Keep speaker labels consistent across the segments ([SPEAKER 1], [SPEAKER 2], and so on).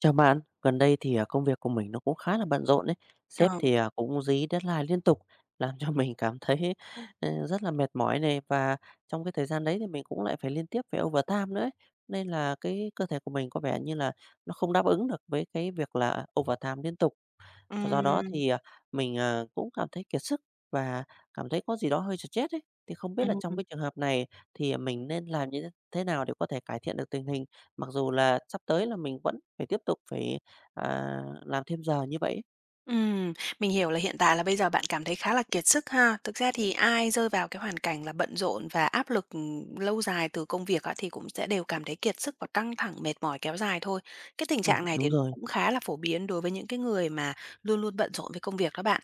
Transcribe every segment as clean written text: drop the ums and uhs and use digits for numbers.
[SPEAKER 1] Chào bạn, gần đây thì công việc của mình nó cũng khá là bận rộn đấy. Sếp
[SPEAKER 2] Ờ,
[SPEAKER 1] thì cũng dí deadline liên tục làm cho mình cảm thấy rất là mệt mỏi này, và trong cái thời gian đấy thì mình cũng lại phải liên tiếp phải overtime nữa ấy. Nên là cái cơ thể của mình có vẻ như là nó không đáp ứng được với cái việc là overtime liên tục, và do đó
[SPEAKER 2] ừm,
[SPEAKER 1] thì, mình cũng cảm thấy kiệt sức và cảm thấy có gì đó hơi stress ấy. Thì không biết là trong
[SPEAKER 2] ừm,
[SPEAKER 1] cái trường hợp này thì mình nên làm như thế nào để có thể cải thiện được tình hình? Mặc dù là sắp tới là mình vẫn phải tiếp tục phải, à, làm thêm giờ như vậy ấy.
[SPEAKER 2] ừm, mình hiểu là hiện tại là bây giờ bạn cảm thấy khá là kiệt sức ha. Thực ra thì ai rơi vào cái hoàn cảnh là bận rộn và áp lực, lâu dài từ công việc á, thì cũng sẽ đều cảm thấy kiệt sức và căng thẳng, mệt mỏi kéo dài thôi. Cái tình trạng này
[SPEAKER 1] Đúng
[SPEAKER 2] thì nó
[SPEAKER 1] rồi.
[SPEAKER 2] cũng khá là phổ biến đối với những cái người mà luôn luôn bận rộn với công việc đó bạn.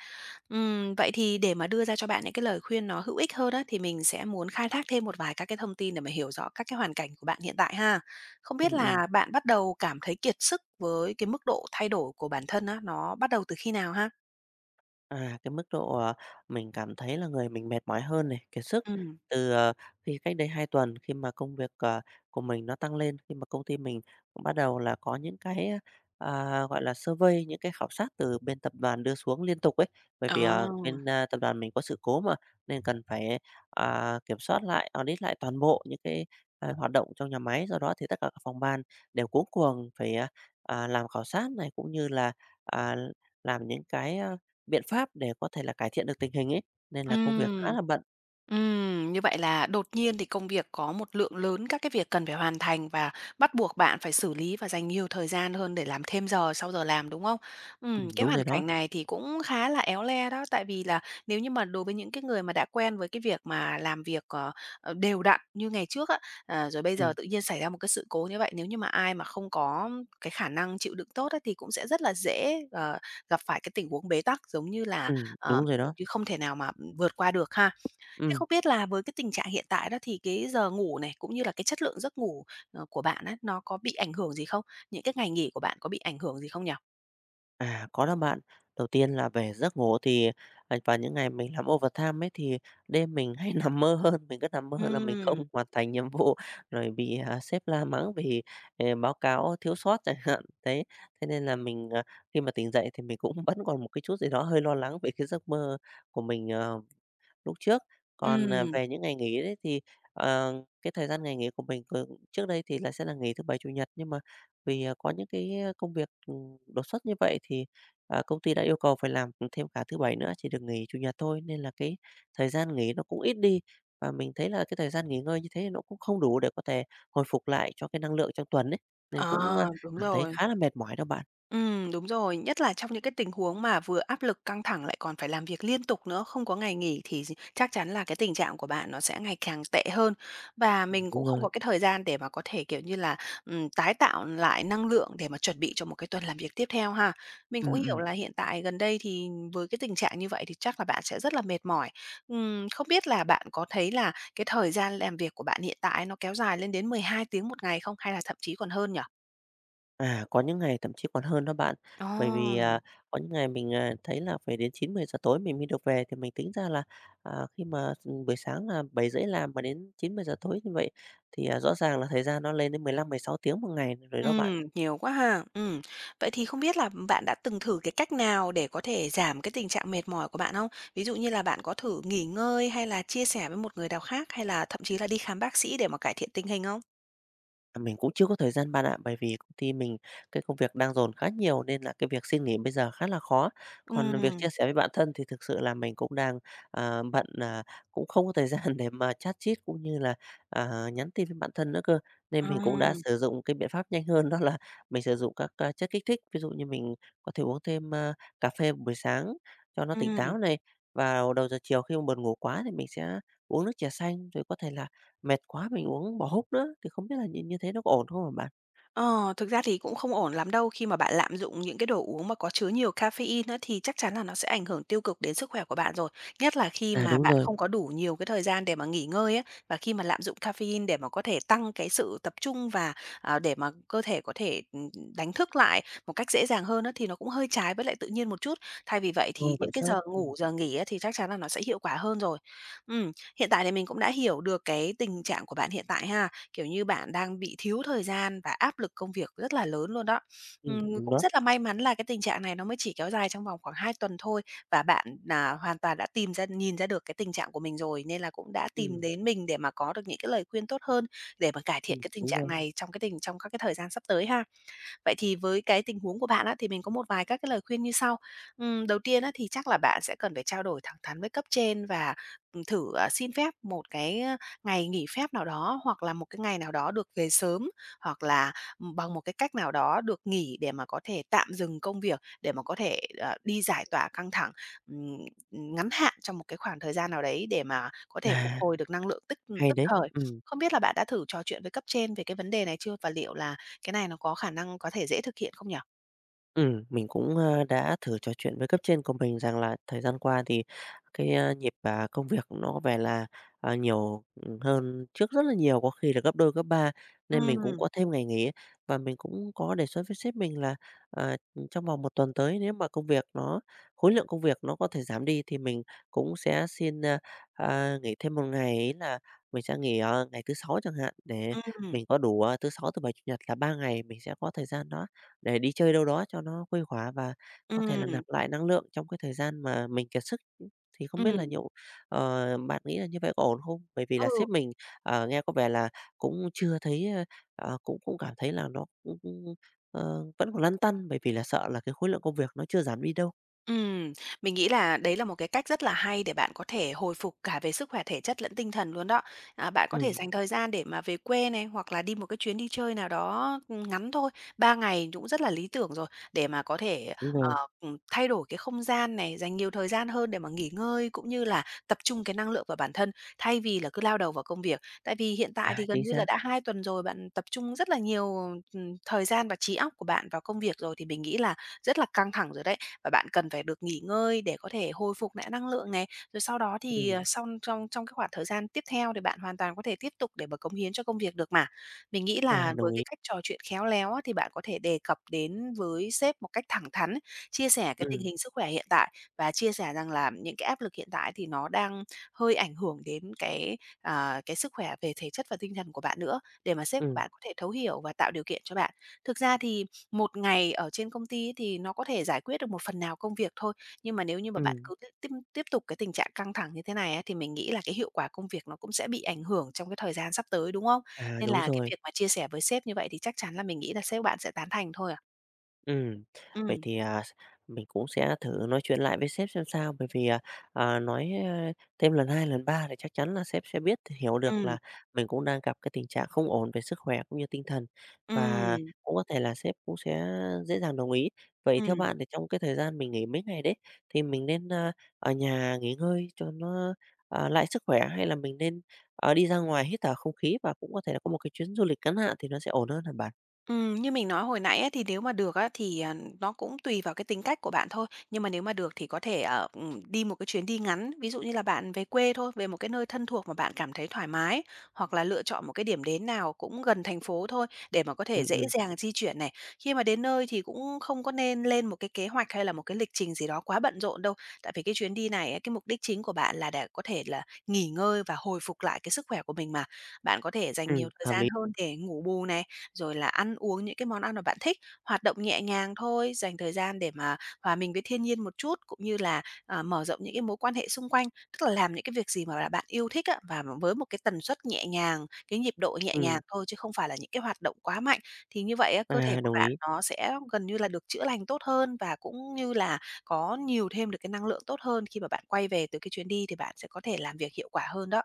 [SPEAKER 2] Vậy thì để mà đưa ra cho bạn những cái lời khuyên nó hữu ích hơn á, thì mình sẽ muốn khai thác thêm một vài các cái thông tin để mà hiểu rõ các cái hoàn cảnh của bạn hiện tại ha. Không
[SPEAKER 1] Ừm,
[SPEAKER 2] biết
[SPEAKER 1] ừm.
[SPEAKER 2] là bạn bắt đầu cảm thấy kiệt sức với cái mức độ thay đổi của bản thân á, nó bắt đầu từ khi nào ha?
[SPEAKER 1] À, cái mức độ, mình cảm thấy là người mình mệt mỏi hơn này, kiệt sức
[SPEAKER 2] Ừm.
[SPEAKER 1] từ khi cách đây 2 tuần khi mà công việc của mình nó tăng lên, khi mà công ty mình cũng bắt đầu là có những cái gọi là survey, những cái khảo sát từ bên tập đoàn đưa xuống liên tục ấy. Bởi
[SPEAKER 2] Ờ.
[SPEAKER 1] vì, ờ, bên tập đoàn mình có sự cố mà, nên cần phải kiểm soát lại, audit lại toàn bộ những cái hoạt động trong nhà máy. Do đó thì tất cả các phòng ban đều cuống cuồng phải làm khảo sát này, cũng như là, à, làm những cái biện pháp để có thể là cải thiện được tình hình ấy, nên là công việc khá
[SPEAKER 2] Ừm.
[SPEAKER 1] là bận.
[SPEAKER 2] Như vậy là đột nhiên thì công việc có một lượng lớn các cái việc cần phải hoàn thành và bắt buộc bạn phải xử lý và dành nhiều thời gian hơn để làm thêm giờ sau giờ làm, đúng không? Ừm, cái
[SPEAKER 1] Đúng
[SPEAKER 2] hoàn
[SPEAKER 1] rồi đó.
[SPEAKER 2] cảnh này thì cũng khá là éo le đó, tại vì là nếu như mà đối với những cái người mà đã quen với cái việc mà làm việc, đều đặn như ngày trước á, rồi bây giờ
[SPEAKER 1] Ừm,
[SPEAKER 2] tự nhiên xảy ra một cái sự cố như vậy, nếu như mà ai mà không có cái khả năng chịu đựng tốt á, thì cũng sẽ rất là dễ, gặp phải cái tình huống bế tắc giống như là,
[SPEAKER 1] đúng rồi đó.
[SPEAKER 2] kiểu không thể nào mà vượt qua được ha. Thế
[SPEAKER 1] Ừm,
[SPEAKER 2] không biết là với cái tình trạng hiện tại đó thì cái giờ ngủ này, cũng như là cái chất lượng giấc ngủ, của bạn á, nó có bị ảnh hưởng gì không? Những cái ngày nghỉ của bạn có bị ảnh hưởng gì không nhỉ?
[SPEAKER 1] có đó bạn. Đầu tiên là về giấc ngủ thì, vào những ngày mình làm overtime ấy, thì đêm mình hay nằm mơ hơn, mình cứ nằm mơ là mình
[SPEAKER 2] Ừm,
[SPEAKER 1] không hoàn thành nhiệm vụ, rồi bị sếp la mắng vì báo cáo thiếu sót chẳng hạn. Thế thế nên là mình, khi mà tỉnh dậy thì mình cũng vẫn còn một cái chút gì đó hơi lo lắng về cái giấc mơ của mình lúc trước. Còn,
[SPEAKER 2] ừm,
[SPEAKER 1] về những ngày nghỉ đấy thì, ờ, cái thời gian ngày nghỉ của mình trước đây thì là sẽ là nghỉ thứ Bảy, Chủ nhật, nhưng mà vì có những cái công việc đột xuất như vậy thì, công ty đã yêu cầu phải làm thêm cả thứ Bảy nữa, chỉ được nghỉ Chủ nhật thôi, nên là cái thời gian nghỉ nó cũng ít đi. Và mình thấy là cái thời gian nghỉ ngơi như thế nó cũng không đủ để có thể hồi phục lại cho cái năng lượng trong tuần ấy, nên cũng,
[SPEAKER 2] ờ,
[SPEAKER 1] a,
[SPEAKER 2] đúng
[SPEAKER 1] cảm thấy
[SPEAKER 2] rồi.
[SPEAKER 1] khá là mệt mỏi đó bạn.
[SPEAKER 2] Đúng rồi, nhất là trong những cái tình huống mà vừa áp lực căng thẳng lại còn phải làm việc liên tục nữa, không có ngày nghỉ thì chắc chắn là cái tình trạng của bạn nó sẽ ngày càng tệ hơn. Và mình
[SPEAKER 1] Đúng
[SPEAKER 2] cũng không
[SPEAKER 1] rồi.
[SPEAKER 2] có cái thời gian để mà có thể, kiểu như là, tái tạo lại năng lượng để mà chuẩn bị cho một cái tuần làm việc tiếp theo ha. Mình cũng hiểu là hiện tại gần đây thì với cái tình trạng như vậy thì chắc là bạn sẽ rất là mệt mỏi. Không biết là bạn có thấy là cái thời gian làm việc của bạn hiện tại nó kéo dài lên đến 12 tiếng một ngày không? Hay là thậm chí còn hơn nhỉ?
[SPEAKER 1] À, có những ngày thậm chí còn hơn đó bạn. Bởi vì,
[SPEAKER 2] Ồ!
[SPEAKER 1] à, có những ngày mình thấy là phải đến 9, 10 giờ tối mình mới được về, thì mình tính ra là, khi mà buổi sáng là 7:30 làm mà đến 9, 10 giờ tối như vậy thì, rõ ràng là thời gian nó lên đến 15, 16 tiếng một ngày rồi đó bạn.
[SPEAKER 2] Nhiều quá ha. Ừm. Vậy thì không biết là bạn đã từng thử cái cách nào để có thể giảm cái tình trạng mệt mỏi của bạn không? Ví dụ như là bạn có thử nghỉ ngơi hay là chia sẻ với một người nào khác hay là thậm chí là đi khám bác sĩ để mà cải thiện tình hình không?
[SPEAKER 1] À, mình cũng chưa có thời gian bạn ạ, bởi vì công ty mình cái công việc đang dồn khá nhiều nên là cái việc xin nghỉ bây giờ khá là khó. Còn việc
[SPEAKER 2] Ừm,
[SPEAKER 1] chia sẻ với bạn thân thì thực sự là mình cũng đang bận, cũng không có thời gian để mà chat chít cũng như là nhắn tin với bạn thân nữa cơ. Nên
[SPEAKER 2] à,
[SPEAKER 1] mình cũng đã sử dụng cái biện pháp nhanh hơn đó là mình sử dụng các chất kích thích, ví dụ như mình có thể uống thêm cà phê buổi sáng cho nó tỉnh
[SPEAKER 2] ừm.
[SPEAKER 1] táo này, và đầu giờ chiều khi mà buồn ngủ quá thì mình sẽ uống nước trà xanh, rồi có thể là mệt quá mình uống bỏ húc nữa, thì không biết là như như thế nó có ổn không hả bạn?
[SPEAKER 2] Ờ, thực ra thì cũng không ổn lắm đâu, khi mà bạn lạm dụng những cái đồ uống mà có chứa nhiều caffeine á, thì chắc chắn là nó sẽ ảnh hưởng tiêu cực đến sức khỏe của bạn rồi. Nhất là khi
[SPEAKER 1] À,
[SPEAKER 2] mà
[SPEAKER 1] đúng
[SPEAKER 2] bạn
[SPEAKER 1] rồi.
[SPEAKER 2] không có đủ nhiều cái thời gian để mà nghỉ ngơi á, và khi mà lạm dụng caffeine để mà có thể tăng cái sự tập trung và, để mà cơ thể có thể, đánh thức lại một cách dễ dàng hơn á, thì nó cũng hơi trái với lại tự nhiên một chút. Thay vì vậy
[SPEAKER 1] Ồ,
[SPEAKER 2] thì
[SPEAKER 1] vậy
[SPEAKER 2] những cái
[SPEAKER 1] sao?
[SPEAKER 2] giờ ngủ, giờ nghỉ á, thì chắc chắn là nó sẽ hiệu quả hơn rồi. Ừm, hiện tại thì mình cũng đã hiểu được cái tình trạng của bạn hiện tại ha. Kiểu như, bạn đang bị thiếu thời gian và áp lực công việc rất là lớn luôn đó. Ừm,
[SPEAKER 1] Đúng
[SPEAKER 2] cũng
[SPEAKER 1] đó.
[SPEAKER 2] rất là may mắn là cái tình trạng này nó mới chỉ kéo dài trong vòng khoảng 2 tuần thôi và bạn là hoàn toàn đã tìm ra nhìn ra được cái tình trạng của mình rồi, nên là cũng đã tìm
[SPEAKER 1] Ừm,
[SPEAKER 2] đến mình để mà có được những cái lời khuyên tốt hơn để mà cải thiện cái tình
[SPEAKER 1] đúng
[SPEAKER 2] trạng
[SPEAKER 1] rồi.
[SPEAKER 2] này trong cái tình trong các cái thời gian sắp tới ha. Vậy thì với cái tình huống của bạn á, thì mình có một vài các cái lời khuyên như sau. Đầu tiên á, thì chắc là bạn sẽ cần phải trao đổi thẳng thắn với cấp trên và thử, xin phép một cái, ngày nghỉ phép nào đó hoặc là một cái ngày nào đó được về sớm, hoặc là bằng một cái cách nào đó được nghỉ để mà có thể tạm dừng công việc, để mà có thể, đi giải tỏa căng thẳng, ngắn hạn trong một cái khoảng thời gian nào đấy để mà có thể phục
[SPEAKER 1] À,
[SPEAKER 2] hồi được năng lượng tức
[SPEAKER 1] hay
[SPEAKER 2] tức
[SPEAKER 1] đấy.
[SPEAKER 2] thời.
[SPEAKER 1] Ừm.
[SPEAKER 2] Không biết là bạn đã thử trò chuyện với cấp trên về cái vấn đề này chưa? Và liệu là cái này nó có khả năng có thể dễ thực hiện không nhỉ?
[SPEAKER 1] Ừ, mình cũng đã thử trò chuyện với cấp trên của mình rằng là thời gian qua thì cái nhịp công việc nó về là nhiều hơn trước rất là nhiều, có khi là gấp đôi, gấp ba, nên mình cũng
[SPEAKER 2] Ừm,
[SPEAKER 1] có thêm ngày nghỉ. Và mình cũng có đề xuất với sếp mình là, à, trong vòng một tuần tới nếu mà công việc nó khối lượng công việc nó có thể giảm đi thì mình cũng sẽ xin nghỉ thêm một ngày ấy là mình sẽ nghỉ ngày thứ Sáu chẳng hạn, để
[SPEAKER 2] ừm,
[SPEAKER 1] mình có đủ thứ Sáu, thứ Bảy, Chủ nhật là 3 ngày mình sẽ có thời gian đó để đi chơi đâu đó cho nó khuây khỏa và có thể là
[SPEAKER 2] ừm,
[SPEAKER 1] nạp lại năng lượng trong cái thời gian mà mình kiệt sức. Thì không biết
[SPEAKER 2] ừm,
[SPEAKER 1] là bạn nghĩ là như vậy có ổn không? Bởi vì là
[SPEAKER 2] ừ.
[SPEAKER 1] sếp mình nghe có vẻ là cũng chưa thấy, cũng cũng cảm thấy là nó cũng cũng, ờ, vẫn còn lăn tăn, bởi vì là sợ là cái khối lượng công việc nó chưa giảm đi đâu.
[SPEAKER 2] Ừm, mình nghĩ là đấy là một cái cách rất là hay để bạn có thể hồi phục cả về sức khỏe thể chất lẫn tinh thần luôn đó. À, bạn có
[SPEAKER 1] Ừ,
[SPEAKER 2] thể dành thời gian để mà về quê này, hoặc là đi một cái chuyến đi chơi nào đó, ngắn thôi, 3 ngày cũng rất là lý tưởng rồi, để mà có thể,
[SPEAKER 1] đúng rồi.
[SPEAKER 2] thay đổi cái không gian này, dành nhiều thời gian hơn để mà nghỉ ngơi, cũng như là tập trung cái năng lượng vào bản thân, thay vì là cứ lao đầu vào công việc. Tại vì hiện tại
[SPEAKER 1] À,
[SPEAKER 2] thì
[SPEAKER 1] chính
[SPEAKER 2] gần như là
[SPEAKER 1] xác.
[SPEAKER 2] đã 2 tuần rồi, bạn tập trung rất là nhiều, thời gian và trí óc của bạn vào công việc rồi, thì mình nghĩ là rất là căng thẳng rồi đấy. Và bạn cần phải được nghỉ ngơi để có thể hồi phục lại năng lượng này. Rồi sau đó thì,
[SPEAKER 1] Ừ.
[SPEAKER 2] xong trong trong cái khoảng thời gian tiếp theo thì bạn hoàn toàn có thể tiếp tục để mà cống hiến cho công việc được mà. Mình nghĩ là
[SPEAKER 1] Đồng
[SPEAKER 2] với cái
[SPEAKER 1] ý.
[SPEAKER 2] cách trò chuyện khéo léo á, thì bạn có thể đề cập đến với sếp một cách thẳng thắn, chia sẻ cái tình
[SPEAKER 1] Ừ,
[SPEAKER 2] hình sức khỏe hiện tại và chia sẻ rằng là những cái áp lực hiện tại thì nó đang hơi ảnh hưởng đến cái, cái sức khỏe về thể chất và tinh thần của bạn nữa, để mà sếp của
[SPEAKER 1] ừ.
[SPEAKER 2] bạn có thể thấu hiểu và tạo điều kiện cho bạn. Thực ra thì một ngày ở trên công ty ấy thì nó có thể giải quyết được một phần nào công việc thôi, nhưng mà nếu như mà bạn
[SPEAKER 1] Ừm.
[SPEAKER 2] cứ tiếp tiếp tiếp tục cái tình trạng căng thẳng như thế này á, thì mình nghĩ là cái hiệu quả công việc nó cũng sẽ bị ảnh hưởng trong cái thời gian sắp tới, đúng không?
[SPEAKER 1] À,
[SPEAKER 2] Nên
[SPEAKER 1] đúng
[SPEAKER 2] là cái
[SPEAKER 1] rồi.
[SPEAKER 2] việc mà chia sẻ với sếp như vậy thì chắc chắn là mình nghĩ là sếp bạn sẽ tán thành thôi à.
[SPEAKER 1] Ừm, vậy
[SPEAKER 2] Ừm,
[SPEAKER 1] thì, à, s mình cũng sẽ thử nói chuyện lại với sếp xem sao, bởi vì nói thêm lần 2 lần 3 thì chắc chắn là sếp sẽ biết, hiểu được
[SPEAKER 2] ừm,
[SPEAKER 1] là mình cũng đang gặp cái tình trạng không ổn về sức khỏe cũng như tinh thần, và
[SPEAKER 2] ừm,
[SPEAKER 1] cũng có thể là sếp cũng sẽ dễ dàng đồng ý. Vậy theo
[SPEAKER 2] ừm.
[SPEAKER 1] bạn thì trong cái thời gian mình nghỉ mấy ngày đấy, thì mình nên ở nhà nghỉ ngơi cho nó lại sức khỏe hay là mình nên đi ra ngoài hít thở không khí và cũng có thể là có một cái chuyến du lịch ngắn hạn thì nó sẽ ổn hơn hả bạn?
[SPEAKER 2] Như mình nói hồi nãy á, thì nếu mà được á, thì, nó cũng tùy vào cái tính cách của bạn thôi. Nhưng mà nếu mà được thì có thể, đi một cái chuyến đi ngắn, ví dụ như là bạn về quê thôi, về một cái nơi thân thuộc mà bạn cảm thấy thoải mái, hoặc là lựa chọn một cái điểm đến nào cũng gần thành phố thôi để mà có thể
[SPEAKER 1] Ừm,
[SPEAKER 2] dễ
[SPEAKER 1] ừm,
[SPEAKER 2] dàng di chuyển này. Khi mà đến nơi thì cũng không có nên lên một cái kế hoạch hay là một cái lịch trình gì đó quá bận rộn đâu. Tại vì cái chuyến đi này á, cái mục đích chính của bạn là để có thể là nghỉ ngơi và hồi phục lại cái sức khỏe của mình mà. Bạn có thể dành nhiều thời
[SPEAKER 1] hợp
[SPEAKER 2] gian
[SPEAKER 1] lý.
[SPEAKER 2] hơn để ngủ bù này, rồi là ăn uống những cái món ăn mà bạn thích, hoạt động nhẹ nhàng thôi, dành thời gian để mà hòa mình với thiên nhiên một chút, cũng như là, mở rộng những cái mối quan hệ xung quanh. Tức là làm những cái việc gì mà là bạn yêu thích á, và với một cái tần suất nhẹ nhàng, cái nhịp độ nhẹ nhàng
[SPEAKER 1] Ừm.
[SPEAKER 2] thôi chứ không phải là những cái hoạt động quá mạnh. Thì như vậy á, cơ thể
[SPEAKER 1] À,
[SPEAKER 2] của
[SPEAKER 1] đồng
[SPEAKER 2] bạn
[SPEAKER 1] ý.
[SPEAKER 2] nó sẽ gần như là được chữa lành tốt hơn và cũng như là có nhiều thêm được cái năng lượng tốt hơn khi mà bạn quay về từ cái chuyến đi thì bạn sẽ có thể làm việc hiệu quả hơn đó.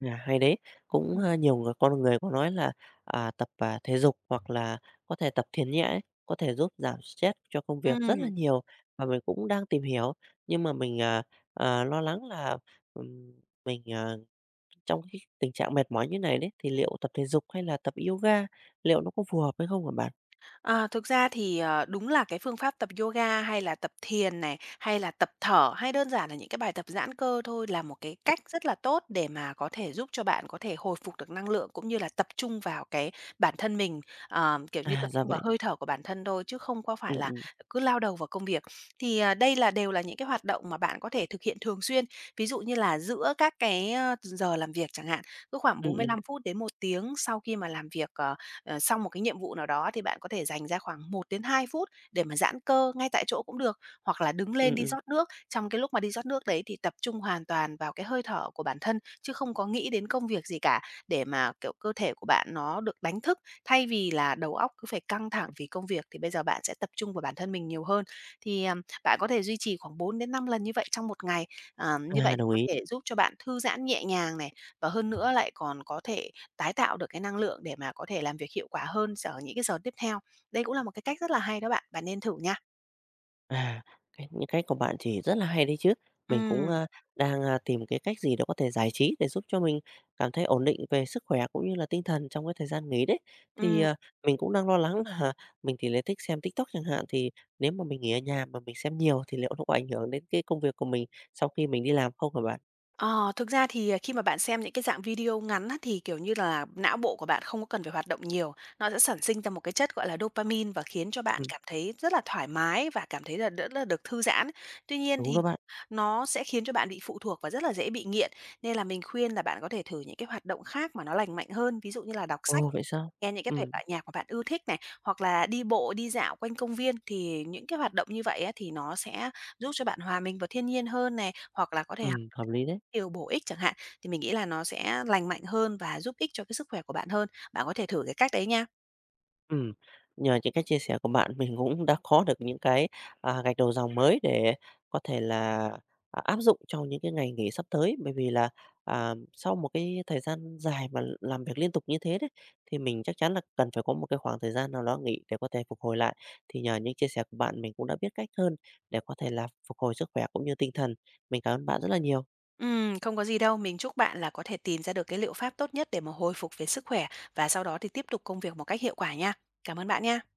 [SPEAKER 1] À, hay đấy. Cũng,
[SPEAKER 2] Ừm.
[SPEAKER 1] a, nhiều người con người có nói là tập thể dục hoặc là có thể tập thiền nhẹ ấy, có thể giúp giảm stress cho công việc rất là
[SPEAKER 2] Ừm.
[SPEAKER 1] nhiều và mình cũng đang tìm hiểu. Nhưng mà mình lo lắng là, ừm, mình, à, trong cái tình trạng mệt mỏi như này đấy, thì liệu tập thể dục hay là tập yoga, liệu nó có phù hợp hay không hả bạn?
[SPEAKER 2] À, thực ra thì, đúng là cái phương pháp tập yoga hay là tập thiền này, hay là tập thở, hay đơn giản là những cái bài tập giãn cơ thôi là một cái cách rất là tốt để mà có thể giúp cho bạn có thể hồi phục được năng lượng, cũng như là tập trung vào cái bản thân mình, kiểu như,
[SPEAKER 1] À,
[SPEAKER 2] tập
[SPEAKER 1] ra
[SPEAKER 2] trung vào
[SPEAKER 1] vậy.
[SPEAKER 2] hơi thở của bản thân thôi, chứ không có phải
[SPEAKER 1] Ừm,
[SPEAKER 2] là
[SPEAKER 1] ừm.
[SPEAKER 2] cứ lao đầu vào công việc. Thì, đây là đều là những cái hoạt động mà bạn có thể thực hiện thường xuyên, ví dụ như là giữa các cái, giờ làm việc chẳng hạn, cứ khoảng
[SPEAKER 1] Ừm,
[SPEAKER 2] bốn mươi
[SPEAKER 1] ừm.
[SPEAKER 2] lăm phút đến 1 tiếng sau khi mà làm việc, xong một cái nhiệm vụ nào đó thì bạn có thể dành ra khoảng 1 đến 2 phút để mà giãn cơ ngay tại chỗ cũng được, hoặc là đứng lên
[SPEAKER 1] Ừm,
[SPEAKER 2] đi
[SPEAKER 1] ừm.
[SPEAKER 2] rót nước. Trong cái lúc mà đi rót nước đấy thì tập trung hoàn toàn vào cái hơi thở của bản thân chứ không có nghĩ đến công việc gì cả, để mà, kiểu, cơ thể của bạn nó được đánh thức. Thay vì là đầu óc cứ phải căng thẳng vì công việc thì bây giờ bạn sẽ tập trung vào bản thân mình nhiều hơn. Thì, bạn có thể duy trì khoảng 4 đến 5 lần như vậy trong một ngày. Như vậy
[SPEAKER 1] À,
[SPEAKER 2] thì
[SPEAKER 1] đồng
[SPEAKER 2] có
[SPEAKER 1] ý.
[SPEAKER 2] thể giúp cho bạn thư giãn nhẹ nhàng này, và hơn nữa lại còn có thể tái tạo được cái năng lượng để mà có thể làm việc hiệu quả hơn ở những cái giờ tiếp theo. Đây cũng là một cái cách rất là hay đó bạn, bạn nên thử nha.
[SPEAKER 1] À, cái những cách của bạn thì rất là hay đấy chứ. Mình cũng,
[SPEAKER 2] Ừm,
[SPEAKER 1] a, đang, a, tìm cái cách gì đó có thể giải trí để giúp cho mình cảm thấy ổn định về sức khỏe cũng như là tinh thần trong cái thời gian nghỉ đấy. Thì,
[SPEAKER 2] ừm.
[SPEAKER 1] à, mình cũng đang lo lắng là mình thì lại thích xem TikTok chẳng hạn, thì nếu mà mình nghỉ ở nhà mà mình xem nhiều thì liệu nó có ảnh hưởng đến cái công việc của mình sau khi mình đi làm không hả bạn?
[SPEAKER 2] Ờ, Thực ra thì, khi mà bạn xem những cái dạng video ngắn á, thì, kiểu như là, não bộ của bạn không có cần phải hoạt động nhiều, nó sẽ sản sinh ra một cái chất, gọi là, dopamine và khiến cho bạn
[SPEAKER 1] Ừm,
[SPEAKER 2] cảm thấy rất là thoải mái và cảm thấy là rất là được thư giãn. Tuy nhiên thì
[SPEAKER 1] đúng đó bạn.
[SPEAKER 2] nó sẽ khiến cho bạn bị phụ thuộc và rất là dễ bị nghiện, nên là mình khuyên là bạn có thể thử những cái hoạt động khác mà nó lành mạnh hơn, ví dụ như là đọc sách,
[SPEAKER 1] Ồ, vậy sao?
[SPEAKER 2] nghe những cái thể
[SPEAKER 1] Ừm,
[SPEAKER 2] loại nhạc mà bạn ưa thích này, hoặc là đi bộ, đi dạo quanh công viên. Thì những cái hoạt động như vậy á, thì nó sẽ giúp cho bạn hòa mình vào thiên nhiên hơn này, hoặc là có thể
[SPEAKER 1] hợp lý đấy.
[SPEAKER 2] điều bổ ích chẳng hạn, thì mình nghĩ là nó sẽ lành mạnh hơn và giúp ích cho cái sức khỏe của bạn hơn. Bạn có thể thử cái cách đấy nha.
[SPEAKER 1] Ừm, nhờ những cái chia sẻ của bạn mình cũng đã có được những cái gạch đầu dòng mới để có thể là áp dụng trong những cái ngày nghỉ sắp tới. Bởi vì là, sau một cái thời gian dài mà làm việc liên tục như thế đấy, thì mình chắc chắn là cần phải có một cái khoảng thời gian nào đó nghỉ để có thể phục hồi lại. Thì nhờ những chia sẻ của bạn mình cũng đã biết cách hơn để có thể là phục hồi sức khỏe cũng như tinh thần. Mình cảm ơn bạn rất là nhiều.
[SPEAKER 2] Không có gì đâu, mình chúc bạn là có thể tìm ra được cái liệu pháp tốt nhất để mà hồi phục về sức khỏe và sau đó thì tiếp tục công việc một cách hiệu quả nha. Cảm ơn bạn nha.